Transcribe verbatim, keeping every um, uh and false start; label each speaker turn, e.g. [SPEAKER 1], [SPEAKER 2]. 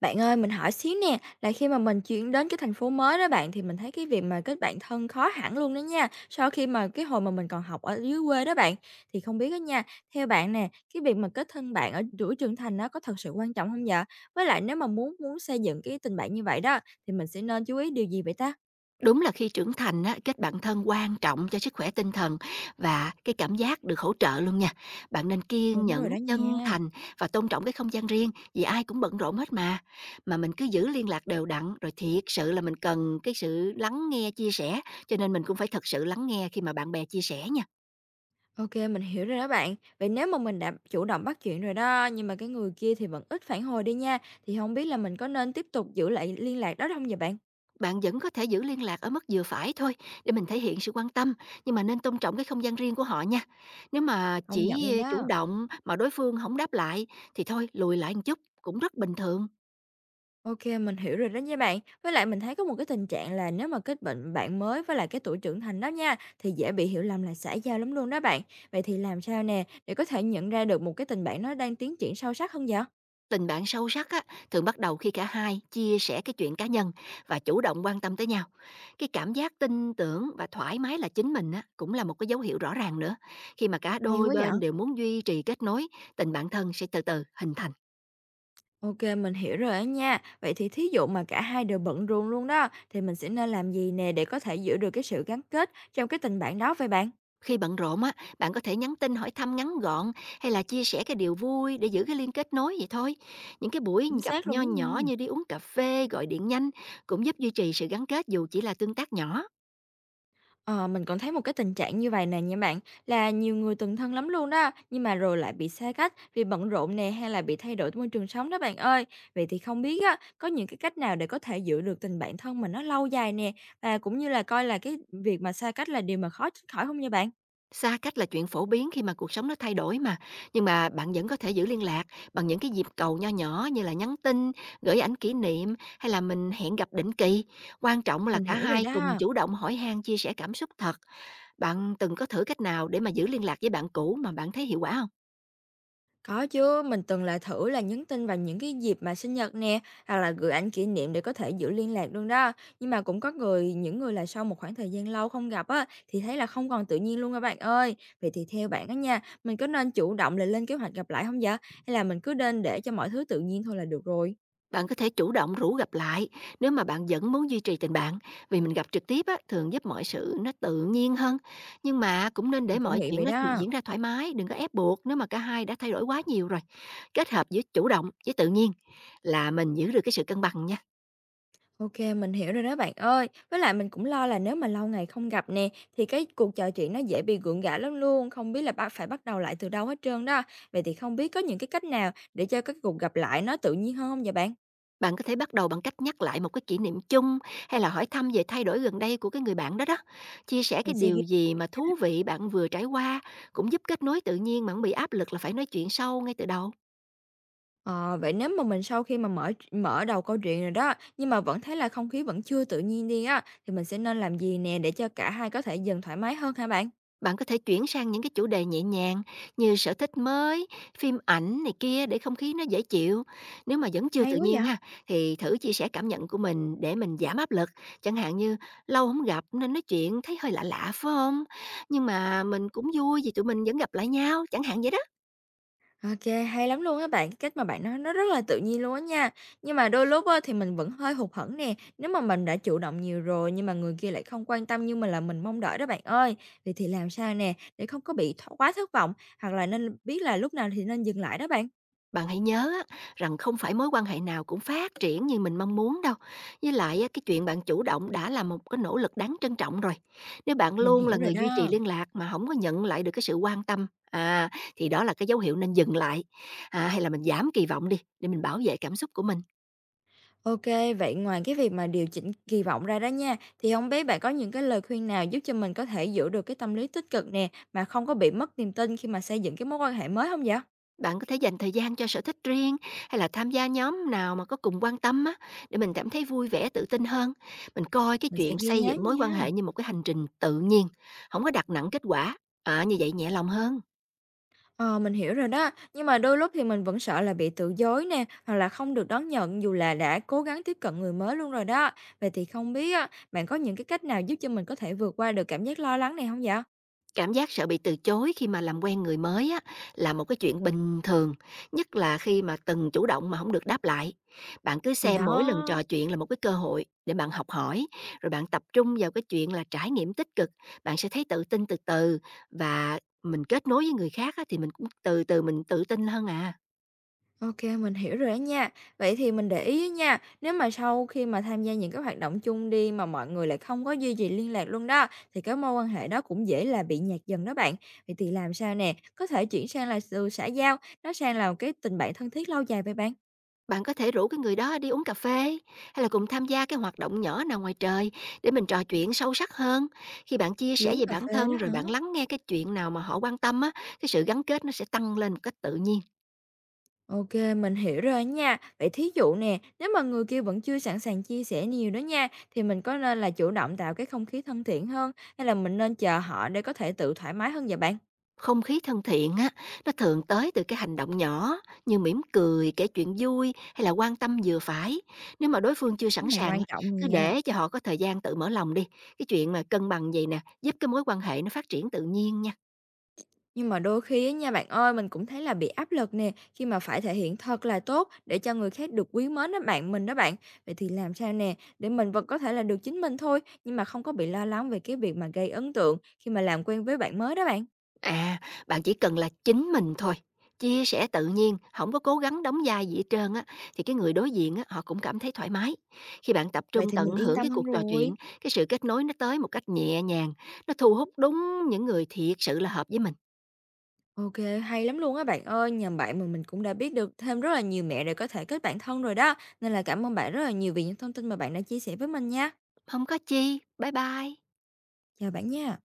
[SPEAKER 1] Bạn ơi, mình hỏi xíu nè, là khi mà mình chuyển đến cái thành phố mới đó bạn, thì mình thấy cái việc mà kết bạn thân khó hẳn luôn đó nha, sau khi mà cái hồi mà mình còn học ở dưới quê đó bạn. Thì không biết đó nha, theo bạn nè, cái việc mà kết thân bạn ở tuổi trưởng thành nó có thật sự quan trọng không vậy? Với lại nếu mà muốn muốn xây dựng cái tình bạn như vậy đó, thì mình sẽ nên chú ý điều gì vậy ta?
[SPEAKER 2] Đúng là khi trưởng thành á, kết bạn thân quan trọng cho sức khỏe tinh thần và cái cảm giác được hỗ trợ luôn nha. Bạn nên kiên
[SPEAKER 1] Đúng rồi
[SPEAKER 2] nhẫn,
[SPEAKER 1] đó
[SPEAKER 2] chân
[SPEAKER 1] nha.
[SPEAKER 2] thành và tôn trọng cái không gian riêng vì ai cũng bận rộn hết mà. Mà mình cứ giữ liên lạc đều đặn rồi thiệt sự là mình cần cái sự lắng nghe, chia sẻ, cho nên mình cũng phải thật sự lắng nghe khi mà bạn bè chia sẻ nha.
[SPEAKER 1] OK, mình hiểu rồi đó bạn. Vậy nếu mà mình đã chủ động bắt chuyện rồi đó, nhưng mà cái người kia thì vẫn ít phản hồi đi nha, thì không biết là mình có nên tiếp tục giữ lại liên lạc đó không vậy bạn?
[SPEAKER 2] Bạn vẫn có thể giữ liên lạc ở mức vừa phải thôi, để mình thể hiện sự quan tâm, nhưng mà nên tôn trọng cái không gian riêng của họ nha. Nếu mà
[SPEAKER 1] Công nhận
[SPEAKER 2] chỉ
[SPEAKER 1] luôn
[SPEAKER 2] eh, chủ
[SPEAKER 1] đó.
[SPEAKER 2] động mà đối phương không đáp lại, thì thôi lùi lại một chút cũng rất bình thường.
[SPEAKER 1] Ok, mình hiểu rồi đó nha bạn. Với lại mình thấy có một cái tình trạng là nếu mà kết bệnh bạn mới với lại cái tuổi trưởng thành đó nha, thì dễ bị hiểu lầm là xã giao lắm luôn đó bạn. Vậy thì làm sao nè, để có thể nhận ra được một cái tình bạn nó đang tiến triển sâu sắc hơn vậy?
[SPEAKER 2] Tình bạn sâu sắc á, thường bắt đầu khi cả hai chia sẻ cái chuyện cá nhân và chủ động quan tâm tới nhau. Cái cảm giác tin tưởng và thoải mái là chính mình á, cũng là một cái dấu hiệu rõ ràng nữa. Khi mà cả
[SPEAKER 1] Hay
[SPEAKER 2] đôi
[SPEAKER 1] quá vậy!
[SPEAKER 2] bên đều muốn duy trì kết nối, tình bạn thân sẽ từ từ hình thành.
[SPEAKER 1] Ok, mình hiểu rồi á nha. Vậy thì thí dụ mà cả hai đều bận rộn luôn đó, thì mình sẽ nên làm gì nè để có thể giữ được cái sự gắn kết trong cái tình bạn đó vậy bạn?
[SPEAKER 2] Khi bận rộn á, bạn có thể nhắn tin hỏi thăm ngắn gọn, hay là chia sẻ cái điều vui để giữ cái liên kết nối vậy thôi. Những cái buổi
[SPEAKER 1] Chính
[SPEAKER 2] gặp
[SPEAKER 1] xác luôn
[SPEAKER 2] nho
[SPEAKER 1] đó
[SPEAKER 2] nhỏ
[SPEAKER 1] nha.
[SPEAKER 2] như đi uống cà phê, gọi điện nhanh cũng giúp duy trì sự gắn kết, dù chỉ là tương tác nhỏ.
[SPEAKER 1] Ờ, mình còn thấy một cái tình trạng như vậy nè nha bạn, là nhiều người từng thân lắm luôn đó, nhưng mà rồi lại bị xa cách vì bận rộn nè, hay là bị thay đổi môi trường sống đó bạn ơi. Vậy thì không biết á, có những cái cách nào để có thể giữ được tình bạn thân mà nó lâu dài nè, và cũng như là coi là cái việc mà xa cách là điều mà khó tránh khỏi không nha bạn?
[SPEAKER 2] Xa cách là chuyện phổ biến khi mà cuộc sống nó thay đổi mà, nhưng mà bạn vẫn có thể giữ liên lạc bằng những cái dịp cầu nho nhỏ, như là nhắn tin, gửi ảnh kỷ niệm, hay là mình hẹn gặp định kỳ. Quan trọng là
[SPEAKER 1] Mình
[SPEAKER 2] cả
[SPEAKER 1] hiểu rồi
[SPEAKER 2] hai cùng
[SPEAKER 1] đó.
[SPEAKER 2] chủ động hỏi han, chia sẻ cảm xúc thật. Bạn từng có thử cách nào để mà giữ liên lạc với bạn cũ mà bạn thấy hiệu quả không?
[SPEAKER 1] Có chứ, mình từng là thử là nhắn tin vào những cái dịp mà sinh nhật nè, hoặc là gửi ảnh kỷ niệm để có thể giữ liên lạc luôn đó. Nhưng mà cũng có người, những người là sau một khoảng thời gian lâu không gặp á, thì thấy là không còn tự nhiên luôn các bạn ơi. Vậy thì theo bạn á nha, mình có nên chủ động là lên kế hoạch gặp lại không vậy? Hay là mình cứ nên để cho mọi thứ tự nhiên thôi là được rồi?
[SPEAKER 2] Bạn có thể chủ động rủ gặp lại nếu mà bạn vẫn muốn duy trì tình bạn, vì mình gặp trực tiếp á, thường giúp mọi sự nó tự nhiên hơn. Nhưng mà cũng nên
[SPEAKER 1] Mình
[SPEAKER 2] để
[SPEAKER 1] cũng
[SPEAKER 2] mọi
[SPEAKER 1] nghĩ
[SPEAKER 2] chuyện
[SPEAKER 1] vậy
[SPEAKER 2] nó
[SPEAKER 1] đó.
[SPEAKER 2] diễn ra thoải mái, đừng có ép buộc nếu mà cả hai đã thay đổi quá nhiều rồi. Kết hợp giữa chủ động với tự nhiên là mình giữ được cái sự cân bằng nha.
[SPEAKER 1] OK, mình hiểu rồi đó bạn ơi. Với lại mình cũng lo là nếu mà lâu ngày không gặp nè, thì cái cuộc trò chuyện nó dễ bị gượng gạo lắm luôn, không biết là ba phải bắt đầu lại từ đâu hết trơn đó. Vậy thì không biết có những cái cách nào để cho cái cuộc gặp lại nó tự nhiên hơn hông vậy bạn?
[SPEAKER 2] Bạn có thể bắt đầu bằng cách nhắc lại một cái kỷ niệm chung, hay là hỏi thăm về thay đổi gần đây của cái người bạn đó đó. Chia sẻ
[SPEAKER 1] Mình
[SPEAKER 2] cái
[SPEAKER 1] sẽ ghi
[SPEAKER 2] điều gì mà thú vị bạn vừa trải qua cũng giúp kết nối tự nhiên, mà không bị áp lực là phải nói chuyện sâu ngay từ đầu.
[SPEAKER 1] ờ, vậy nếu mà mình sau khi mà mở mở đầu câu chuyện rồi đó, nhưng mà vẫn thấy là không khí vẫn chưa tự nhiên đi á, thì mình sẽ nên làm gì nè để cho cả hai có thể dần thoải mái hơn hả bạn?
[SPEAKER 2] Bạn có thể chuyển sang những cái chủ đề nhẹ nhàng, như sở thích mới, phim ảnh này kia, để không khí nó dễ chịu. Nếu mà vẫn chưa
[SPEAKER 1] Hay
[SPEAKER 2] tự
[SPEAKER 1] quá
[SPEAKER 2] nhiên
[SPEAKER 1] vậy!
[SPEAKER 2] ha, thì thử chia sẻ cảm nhận của mình để mình giảm áp lực. Chẳng hạn như, lâu không gặp nên nói chuyện thấy hơi lạ lạ phải không? Nhưng mà mình cũng vui vì tụi mình vẫn gặp lại nhau, chẳng hạn vậy đó.
[SPEAKER 1] OK, hay lắm luôn á bạn, cái cách mà bạn nói nó rất là tự nhiên luôn á nha. Nhưng mà đôi lúc á thì mình vẫn hơi hụt hẫng nè, nếu mà mình đã chủ động nhiều rồi nhưng mà người kia lại không quan tâm như mình là mình mong đợi đó bạn ơi. Vậy thì làm sao nè để không có bị tho quá thất vọng, hoặc là nên biết là lúc nào thì nên dừng lại đó bạn?
[SPEAKER 2] Bạn hãy nhớ á, rằng không phải mối quan hệ nào cũng phát triển như mình mong muốn đâu. Với lại á, cái chuyện bạn chủ động đã là một cái nỗ lực đáng trân trọng rồi. Nếu bạn
[SPEAKER 1] Mình
[SPEAKER 2] luôn là
[SPEAKER 1] hiểu rồi
[SPEAKER 2] người duy trì
[SPEAKER 1] đó.
[SPEAKER 2] liên lạc mà không có nhận lại được cái sự quan tâm, à, thì đó là cái dấu hiệu nên dừng lại. À, hay là mình giảm kỳ vọng đi để mình bảo vệ cảm xúc của mình.
[SPEAKER 1] OK, vậy ngoài cái việc mà điều chỉnh kỳ vọng ra đó nha, thì không biết bạn có những cái lời khuyên nào giúp cho mình có thể giữ được cái tâm lý tích cực nè, mà không có bị mất niềm tin khi mà xây dựng cái mối quan hệ mới không vậy?
[SPEAKER 2] Bạn có thể dành thời gian cho sở thích riêng, hay là tham gia nhóm nào mà có cùng quan tâm á, để mình cảm thấy vui vẻ, tự tin hơn. Mình coi cái
[SPEAKER 1] Mình sẽ
[SPEAKER 2] chuyện
[SPEAKER 1] ghi
[SPEAKER 2] xây
[SPEAKER 1] nhớ
[SPEAKER 2] dựng mối quan
[SPEAKER 1] nha.
[SPEAKER 2] hệ như một cái hành trình tự nhiên, không có đặt nặng kết quả, à, như vậy nhẹ lòng hơn.
[SPEAKER 1] Ờ, mình hiểu rồi đó, nhưng mà đôi lúc thì mình vẫn sợ là bị từ chối nè, hoặc là không được đón nhận dù là đã cố gắng tiếp cận người mới luôn rồi đó. Vậy thì không biết á, bạn có những cái cách nào giúp cho mình có thể vượt qua được cảm giác lo lắng này không vậy?
[SPEAKER 2] Cảm giác sợ bị từ chối khi mà làm quen người mới á, là một cái chuyện bình thường, nhất là khi mà từng chủ động mà không được đáp lại. Bạn cứ
[SPEAKER 1] Thì
[SPEAKER 2] xem
[SPEAKER 1] đó,
[SPEAKER 2] mỗi lần trò chuyện là một cái cơ hội để bạn học hỏi, rồi bạn tập trung vào cái chuyện là trải nghiệm tích cực, bạn sẽ thấy tự tin từ từ, và mình kết nối với người khác á, thì mình cũng từ từ mình tự tin hơn à.
[SPEAKER 1] OK, mình hiểu rồi đó nha. Vậy thì mình để ý á nha, nếu mà sau khi mà tham gia những cái hoạt động chung đi mà mọi người lại không có duy trì liên lạc luôn đó, thì cái mối quan hệ đó cũng dễ là bị nhạt dần đó bạn. Vậy thì làm sao nè, có thể chuyển sang là từ xã giao, nó sang là một cái tình bạn thân thiết lâu dài vậy bạn?
[SPEAKER 2] Bạn có thể rủ cái người đó đi uống cà phê, hay là cùng tham gia cái hoạt động nhỏ nào ngoài trời, để mình trò chuyện sâu sắc hơn. Khi bạn chia
[SPEAKER 1] Đi
[SPEAKER 2] sẻ
[SPEAKER 1] uống
[SPEAKER 2] về
[SPEAKER 1] cà
[SPEAKER 2] bản
[SPEAKER 1] phê
[SPEAKER 2] thân
[SPEAKER 1] đó
[SPEAKER 2] rồi
[SPEAKER 1] hả?
[SPEAKER 2] bạn lắng nghe cái chuyện nào mà họ quan tâm á, cái sự gắn kết nó sẽ tăng lên một cách tự nhiên.
[SPEAKER 1] Ok, mình hiểu rồi nha. Vậy thí dụ nè, nếu mà người kia vẫn chưa sẵn sàng chia sẻ nhiều đó nha, thì mình có nên là chủ động tạo cái không khí thân thiện hơn, hay là mình nên chờ họ để có thể tự thoải mái hơn vậy bạn?
[SPEAKER 2] Không khí thân thiện á, nó thường tới từ cái hành động nhỏ, như mỉm cười, kể chuyện vui, hay là quan tâm vừa phải. Nếu mà đối phương chưa
[SPEAKER 1] Cái
[SPEAKER 2] sẵn
[SPEAKER 1] này
[SPEAKER 2] sàng
[SPEAKER 1] quan
[SPEAKER 2] á,
[SPEAKER 1] trọng
[SPEAKER 2] cứ
[SPEAKER 1] nha.
[SPEAKER 2] để cho họ có thời gian tự mở lòng đi. Cái chuyện mà cân bằng vậy nè, giúp cái mối quan hệ nó phát triển tự nhiên nha.
[SPEAKER 1] Nhưng mà đôi khi á nha bạn ơi, mình cũng thấy là bị áp lực nè, khi mà phải thể hiện thật là tốt để cho người khác được quý mến đó bạn mình đó bạn. Vậy thì làm sao nè, để mình vẫn có thể là được chính mình thôi, nhưng mà không có bị lo lắng về cái việc mà gây ấn tượng khi mà làm quen với bạn mới đó bạn.
[SPEAKER 2] À, bạn chỉ cần là chính mình thôi, chia sẻ tự nhiên, không có cố gắng đóng vai gì hết trơn á, thì cái người đối diện á, họ cũng cảm thấy thoải mái. Khi bạn tập
[SPEAKER 1] Vậy
[SPEAKER 2] trung
[SPEAKER 1] thì
[SPEAKER 2] tận
[SPEAKER 1] mình yên
[SPEAKER 2] hưởng
[SPEAKER 1] tâm
[SPEAKER 2] cái
[SPEAKER 1] hơn
[SPEAKER 2] cuộc trò
[SPEAKER 1] rồi.
[SPEAKER 2] chuyện, cái sự kết nối nó tới một cách nhẹ nhàng, nó thu hút đúng những người thiệt sự là hợp với mình.
[SPEAKER 1] OK, hay lắm luôn á bạn ơi. Nhờ bạn mà mình cũng đã biết được thêm rất là nhiều mẹo để có thể kết bạn thân rồi đó. Nên là cảm ơn bạn rất là nhiều vì những thông tin mà bạn đã chia sẻ với mình nha.
[SPEAKER 2] Không có chi. Bye bye.
[SPEAKER 1] Chào bạn nha.